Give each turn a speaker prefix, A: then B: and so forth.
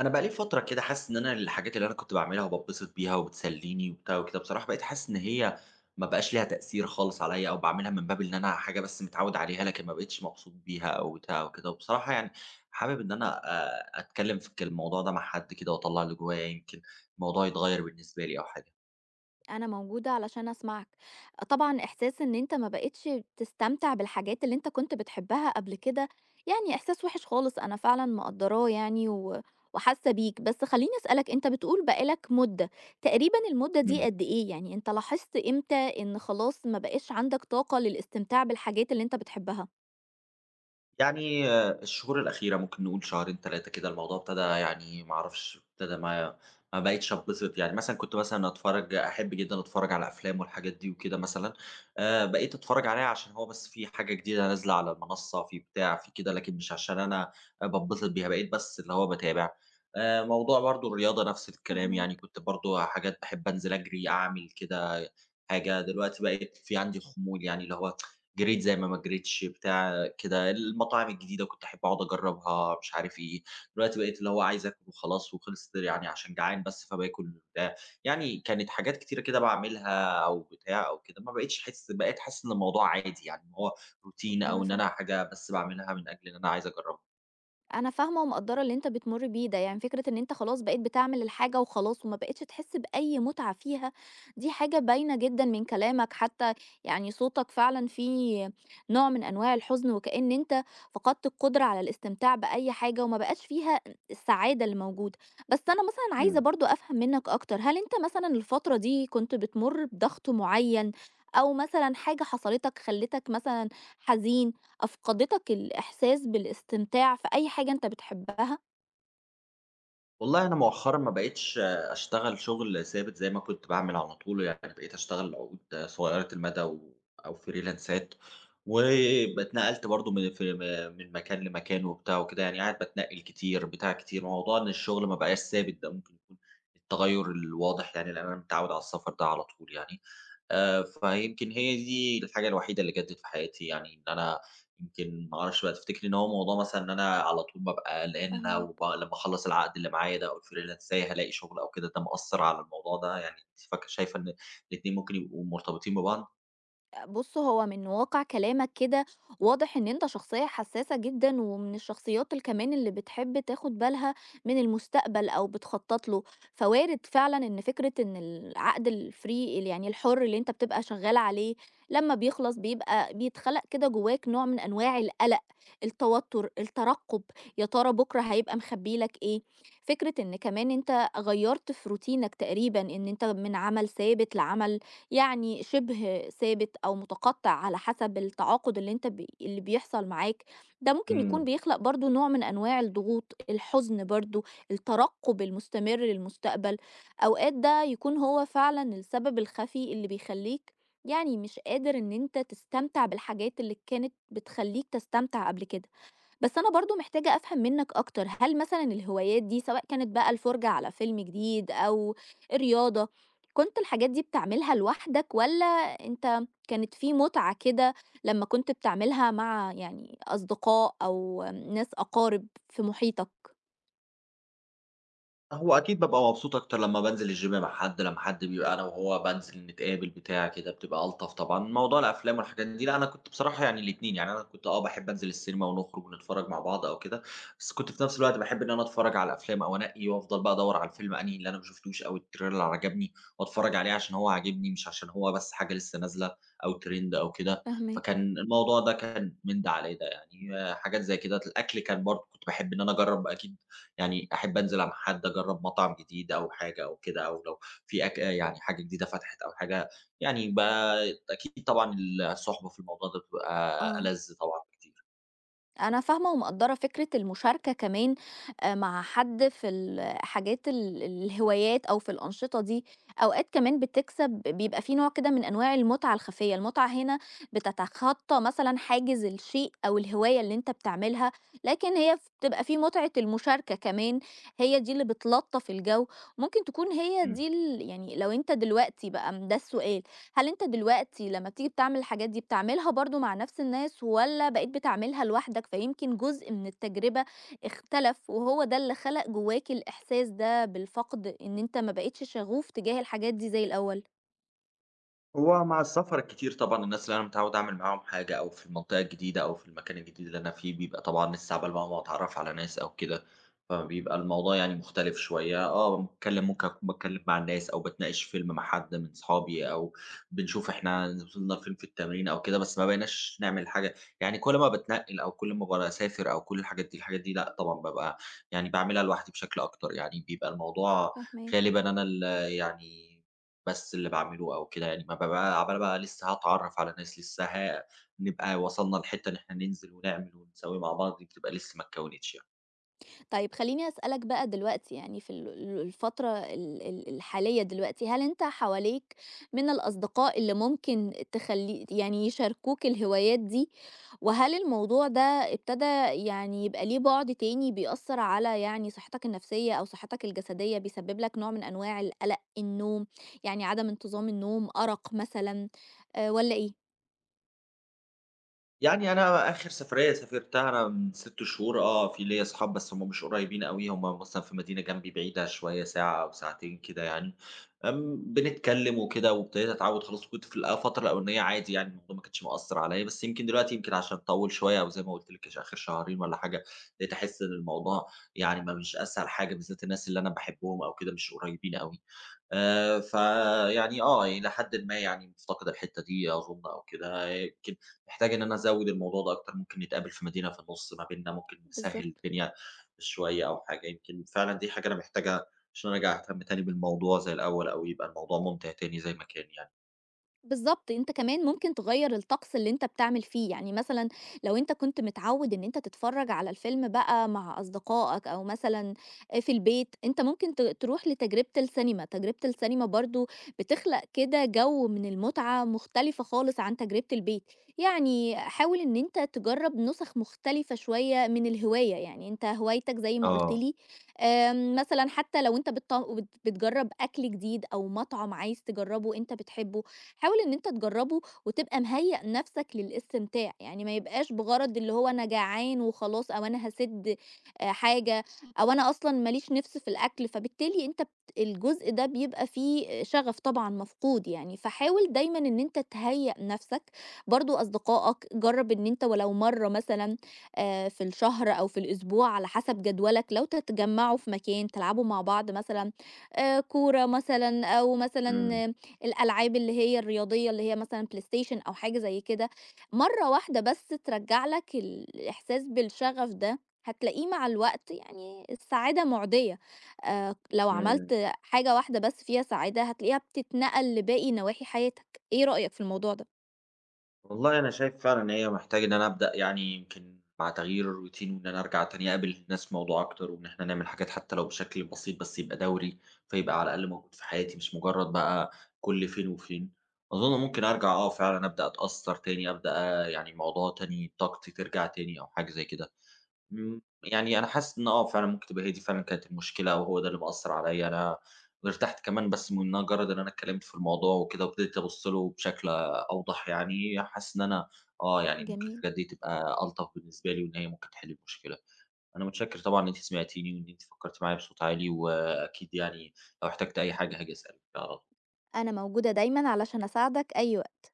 A: أنا بقى لي فترة كده حاسس إن أنا الحاجات اللي أنا كنت باعملها وباتبسط بيها وبتسلّيني وبتاع وكده، بصراحة بقيت حاسس إن هي ما بقاش ليها تأثير خالص عليّا أو باعملها من باب إن أنا حاجة بس متعوّد عليها، لكن ما بقيتش مبسوط بيها أو بتاع وكده. وبصراحة يعني حابب إن أنا أتكلّم في الموضوع ده مع حد كده وأطلّع اللي جوّايا، يمكن الموضوع يتغيّر بالنسبة لي أو حاجة.
B: أنا موجودة علشان أسمعك. طبعًا إحساس إن أنت ما بقيتش تستمتع بالحاجات اللي أنت كنت بتحبها قبل كده، يعني إحساس وِحِش خالص، أنا فعلًا مقدّراه يعني و وحاسة بيك. بس خلّيني أسألك، أنت بتقول بقى لك مدة، تقريبًا المدة دي قد إيه؟ يعني أنت لاحظت إمتى إن خلاص ما بقاش عندك طاقة للاستمتاع بالحاجات اللي أنت بتحبها؟
A: يعني الشهور الأخيرة ممكن نقول شهرين 3 كده، الموضوع ابتدى، يعني ما أعرفش، ابتدى ما بقيتش أتبسط. يعني مثلًا كنت مثلًا أحب جدًا أتفرّج على أفلام والحاجات دي وكده مثلًا. بقيت أتفرّج عليها عشان هو بس في حاجة جديدة نازلة على المنصة، في بتاع، في كده، لكن مش عشان أنا باتبسط بيها، بقيت بس اللي هو باتابع. موضوع برضه الرياضة نفس الكلام، يعني
B: فاهماك.
A: كنت برضه حاجات باحب أنزل أجري، أعمل كده حاجة. دلوقتي بقيت في عندي خمول، يعني اللي هو جريت زي ما ما جريتش، بتاع. كده المطاعم الجديدة كنت أحب أقعد أجرّبها، مش عارف إيه. دلوقتي بقيت اللي هو عايز آكل وخلاص وخلصت، يعني عشان جعان بس فباكل بتاع. يعني كانت حاجات كتيرة كده باعملها أو بتاع أو كده، ما بقيتش أحس، بقيت حاسس إن الموضوع عادي، يعني إن هو روتين،
B: أنا
A: أو إن أنا
B: فاهمة.
A: حاجة بس باعملها من أجل إن أنا عايز أجرّبها.
B: أنا فاهمة ومقدّرة اللي أنت بتمُر بيه ده، يعني فكرة إن أنت خلاص بقيت بتعمل الحاجة وخلاص وما بقيتش تحس بأي مُتعة فيها، دي حاجة باينة جدًا من كلامك حتى، يعني صوتك فعلًا فيه نوع من أنواع الحزن وكأن أنت فقدت القدرة على الاستمتاع بأي حاجة وما بقاش فيها السعادة اللي موجودة. بس أنا مثلًا عايزة
A: إمم.
B: برضه أفهم منّك أكتر، هل أنت مثلًا الفترة دي كنت بتمُر بضغط معيّن أو مثلًا حاجة حصلت لك خلّتك مثلًا حزين؟ أفقدتك الإحساس بالاستمتاع في أي حاجة أنت بتحبها؟
A: والله أنا مؤخرًا ما بقيتش أشتغل شغل ثابت زي ما كنت باعمل على طول، يعني بقيت أشتغل عقود صغيرة المدى أو فريلانسات، واتنقلت برضه من ف م من مكان لمكان وبتاع وكده، يعني قاعد باتنقل كتير، بتاع كتير. موضوع إن الشغل ما بقاش ثابت ده ممكن يكون التغيُّر الواضح، يعني، لأن أنا متعوّد على السفر ده على طول، يعني، فيمكن هي دي الحاجة الوحيدة اللي جدِّت في حياتي، يعني إن أنا يمكن ما أعرفش بقى، تفتكري إن هو موضوع مثلًا إن أنا على طول بابقى قلقان إن أنا
B: فاهماك.
A: لمّا أخلّص العقد اللي معايا ده أو الfreelance إزاي هالاقي شغل أو كده، ده مأثّر على الموضوع ده؟ يعني أنتِ شايفة إن الاتنين ممكن يبقوا مرتبطين ببعض؟
B: بُص، هو من واقع كلامك كده واضح إن أنت شخصية حساسة جدًا، ومن الشخصيات كمان اللي بتحب تاخد بالها من المستقبل أو بتخطط له، فوارد فعلًا إن فكرة إن العقد ال يعني الحُر اللي أنت بتبقى شغال عليه لمّا بيخلص بيبقى بيتخلق كده جواك نوع من أنواع القلق، التوتر، الترقب، يا ترى بُكرة هيبقى مخبّي لك إيه؟ فكرة إن كمان أنت غيّرت في روتينك تقريبًا، إن أنت من عمل ثابت لعمل يعني شبه ثابت أو متقطع على حسب التعاقد اللي أنت بي اللي بيحصل معاك، ده ممكن يكون
A: إمم.
B: بيخلق برضه نوع من أنواع الضغوط، الحزن برضه، الترقب المستمر للمستقبل، أوقات ده يكون هو فعلًا السبب الخفي اللي بيخلّيك يعني مش قادر إن أنت تستمتع بالحاجات اللي كانت بتخلّيك تستمتع قبل كده. بس أنا برضه محتاجة أفهم منّك أكتر، هل مثلًا الهوايات دي سواء كانت بقى الفُرجة على فيلم جديد أو الرياضة، كنت الحاجات دي بتعملها لوحدك والّا أنت كانت في مُتعة كده لمّا كنت بتعملها مع يعني أصدقاء أو ناس أقارب في محيطك؟
A: هو أكيد بابقى مبسوط أكتر لمّا بانزل الgym مع حد، لمّا حد بيبقى أنا وهو بانزل نتقابل بتاع كده، بتبقى ألطف طبعًا. موضوع الأفلام والحاجات دي لأ، أنا كنت بصراحة يعني الاتنين. يعني أنا كنت باحب أنزل السينما ونخرج ونتفرج مع بعض أو كده، بس كنت في نفس الوقت باحب إن أنا أتفرج على الأفلام أو أنقي وأفضل بقى أدوّر على الفيلم أنهي اللي أنا ما شفتوش أو الtrailer اللي عجبني وأتفرج عليه عشان هو عاجبني، مش عشان هو بس حاجة لسه نازلة أو trend أو كده.
B: فاهماك.
A: فكان الموضوع ده كان من ده على ده، يعني، حاجات زي كده. الأكل كان برضه، كنت باحب إن أنا أجرّب أكيد، يعني أحب أنزل مع حد أجرّب مطعم جديد أو حاجة أو كده. أو لو في يعني حاجة جديدة فتحت أو حاجة، يعني أكيد طبعًا الصُحبة في الموضوع ده بتبقى
B: آه.
A: ألَذ طبعًا بكتير.
B: أنا فاهمة ومقدّرة فكرة المشاركة كمان مع حد في الحاجات الهوايات أو في الأنشطة دي، أوقات كمان بتكسب بيبقى في نوع كده من أنواع المتعة الخفية، المتعة هنا بتتخطى مثلًا حاجز الشيء أو الهواية اللي أنت بتعملها، لكن هي بتبقى في متعة المشاركة كمان، هي دي اللي بتلطّف الجو، ممكن تكون هي
A: إمم.
B: دي يعني لو أنت دلوقتي بقى ده السؤال، هل أنت دلوقتي لمّا بتيجي بتعمل الحاجات دي، بتعملها برضه مع نفس الناس والّا بقيت بتعملها لوحدك، فيمكن جزء من التجربة اختلف وهو ده اللي خلق جواك الإحساس ده بالفقد، إن أنت ما بقيتش شغوف تجاه الحاجات دي زي الأول؟
A: هو مع السفر الكتير طبعًا، الناس اللي أنا متعوّد أعمل معاهم حاجة أو في المنطقة الجديدة أو في المكان الجديد اللي أنا فيه، بيبقى طبعًا لسه عقبال بقى ما أتعرّف على ناس أو كده، فبيبقى الموضوع يعني مختلف شوية. آه باتكلّم ممكن أكون باتكلّم مع الناس أو باتناقش فيلم مع حد من صحابي، أو بنشوف إحنا وصلنا فين في التمرين أو كده، بس ما بقيناش نعمل حاجة. يعني كل ما باتنقّل أو كل ما باسافر أو كل الحاجات دي، الحاجات دي لأ طبعًا بابقى، يعني باعملها لوحدي بشكل أكتر، يعني بيبقى الموضوع
B: فاهماك.
A: غالبًا أنا يعني بس اللي باعمله أو كده، يعني ما بابقى عَمّال بقى لسه هاتعرّف على ناس، لسه نبقى وصلنا لحتّة إن إحنا ننزل ونعمل ونسوي مع بعض، دي بتبقى لسه ما اتكوّنتش يعني.
B: طيب خلّيني أسألك بقى دلوقتي يعني في ال ال الفترة ال ال الحالية دلوقتي، هل أنت حواليك من الأصدقاء اللي ممكن تخلّي يعني يشاركوك الهوايات دي؟ وهل الموضوع ده ابتدى يعني يبقى ليه بُعد تاني بيأثّر على يعني صحتك النفسية أو صحتك الجسدية، بيسبب لك نوع من أنواع القلق، النوم، يعني عدم انتظام النوم، أرق مثلًا والّا إيه؟
A: يعني أنا آخر سفرية سافرتها أنا من 6 شهور، في ليّا أصحاب، بس هم مش قريبين أوي، هم مثلًا في مدينة جنبي بعيدة شوية، ساعة أو ساعتين كده يعني. بنتكلم وكده وابتديت أتعود خلاص، وكنت في الفترة الأولانية عادي، يعني الموضوع ما كانش مأثّر عليّا. بس يمكن دلوقتي، يمكن عشان طوّل شوية، أو زي ما قُلت لِك، آخر شهرين والّا حاجة، بقيت أحس إن الموضوع، يعني، ما مش أسهل حاجة، بالذات الناس اللي أنا باحبهم أو كده مش قريبين أوي. فيعني إلى حدٍ ما، يعني مفتقد الحتّة دي، أظن أو كده. يمكن محتاج إن أنا أزوّد الموضوع ده أكتر، ممكن نتقابل في مدينة في النُص ما بيننا، ممكن نسهّل
B: بالضبط.
A: الدنيا شوية أو حاجة، يمكن فعلًا دي حاجة أنا محتاجها عشان أرجع أهتم تاني بالموضوع زي الأول، أو يبقى الموضوع ممتع تاني زي ما كان، يعني.
B: بالضبط، أنت كمان ممكن تغيّر الطقس اللي أنت بتعمل فيه، يعني مثلًا لو أنت كنت متعوّد إن أنت تتفرّج على الفيلم بقى مع أصدقائك أو مثلًا في البيت، أنت ممكن تروح لتجربة السينما، تجربة السينما برضه بتخلق كده جو من المتعة مختلفة خالص عن تجربة البيت، يعني حاول إن أنت تجرّب نُسَخ مختلفة شوية من الهواية، يعني أنت هوايتك زي ما قُلت
A: آه.
B: لي آمم مثلًا حتى لو أنت بتط بت بتجرّب أكل جديد أو مطعم عايز تجرّبه أنت بتحبه، حاول إن أنت تجرّبه وتبقى مهيّأ نَفْسك للاستمتاع، يعني ما يبقاش بغرض اللي هو أنا جعان وخلاص أو أنا هاسِد حاجة أو أنا أصلًا ما ليش نِفْس في الأكل، فبالتالي أنت بت الجزء ده بيبقى فيه آه، شغف طبعًا مفقود يعني، فحاول دايمًا إن أنت تهيّأ نَفْسك، برضه أصدقائك جرّب إن أنت ولو مرّة مثلًا في الشهر أو في الأسبوع على حسب جدولك، لو تتجمّعوا في مكان تلعبوا مع بعض مثلًا كورة مثلًا أو
A: إمم،
B: مثلًا الألعاب اللي هي الرياضية اللي هي مثلًا PlayStation أو حاجة زي كده، مرّة واحدة بس ترجّع لك الإحساس بالشغف ده، هتلاقيه مع الوقت يعني السعادة مُعدية، لو
A: إمم.
B: عملت حاجة واحدة بس فيها سعادة هتلاقيها بتتنقل لباقي نواحي حياتك، إيه رأيك في الموضوع ده؟
A: والله أنا شايف فعلًا إن هي محتاج إن أنا أبدأ، يعني يمكن مع تغيير الروتين، وإن أنا أرجع تاني أقابل الناس بموضوع أكتر، وإن إحنا نعمل حاجات حتى لو بشكل بسيط بس يبقى دوري، فيبقى على الأقل موجود في حياتي مش مجرد بقى كل فين وفين. أظن ممكن أرجع فعلًا أبدأ أتأثر تاني، أبدأ يعني الموضوع تاني، طاقتي ترجع تاني أو حاجة زي كده. إمم، يعني أنا حاسس إن فعلًا ممكن تبقى هي دي فعلًا كانت المشكلة، أو هو ده اللي مأثّر عليَّ. أنا وارتحت كمان بس من إن مجرّد إن أنا اتكلمت في الموضوع وكده، وابتديت أبُص له بشكل أوضح، يعني حاسس إن أنا يعني ممكن
B: جميل،
A: الحاجات دي تبقى ألطف بالنسبة لي، وإن هي ممكن تحل المشكلة. أنا متشكر طبعًا إن أنتِ سمعتيني، وإن أنتِ فكّرتِ معايا بصوت عالي، وأكيد يعني لو احتجت أي حاجة هاجي أسألِك، على
B: أنا موجودة دايمًا علشان أساعدك أي وقت.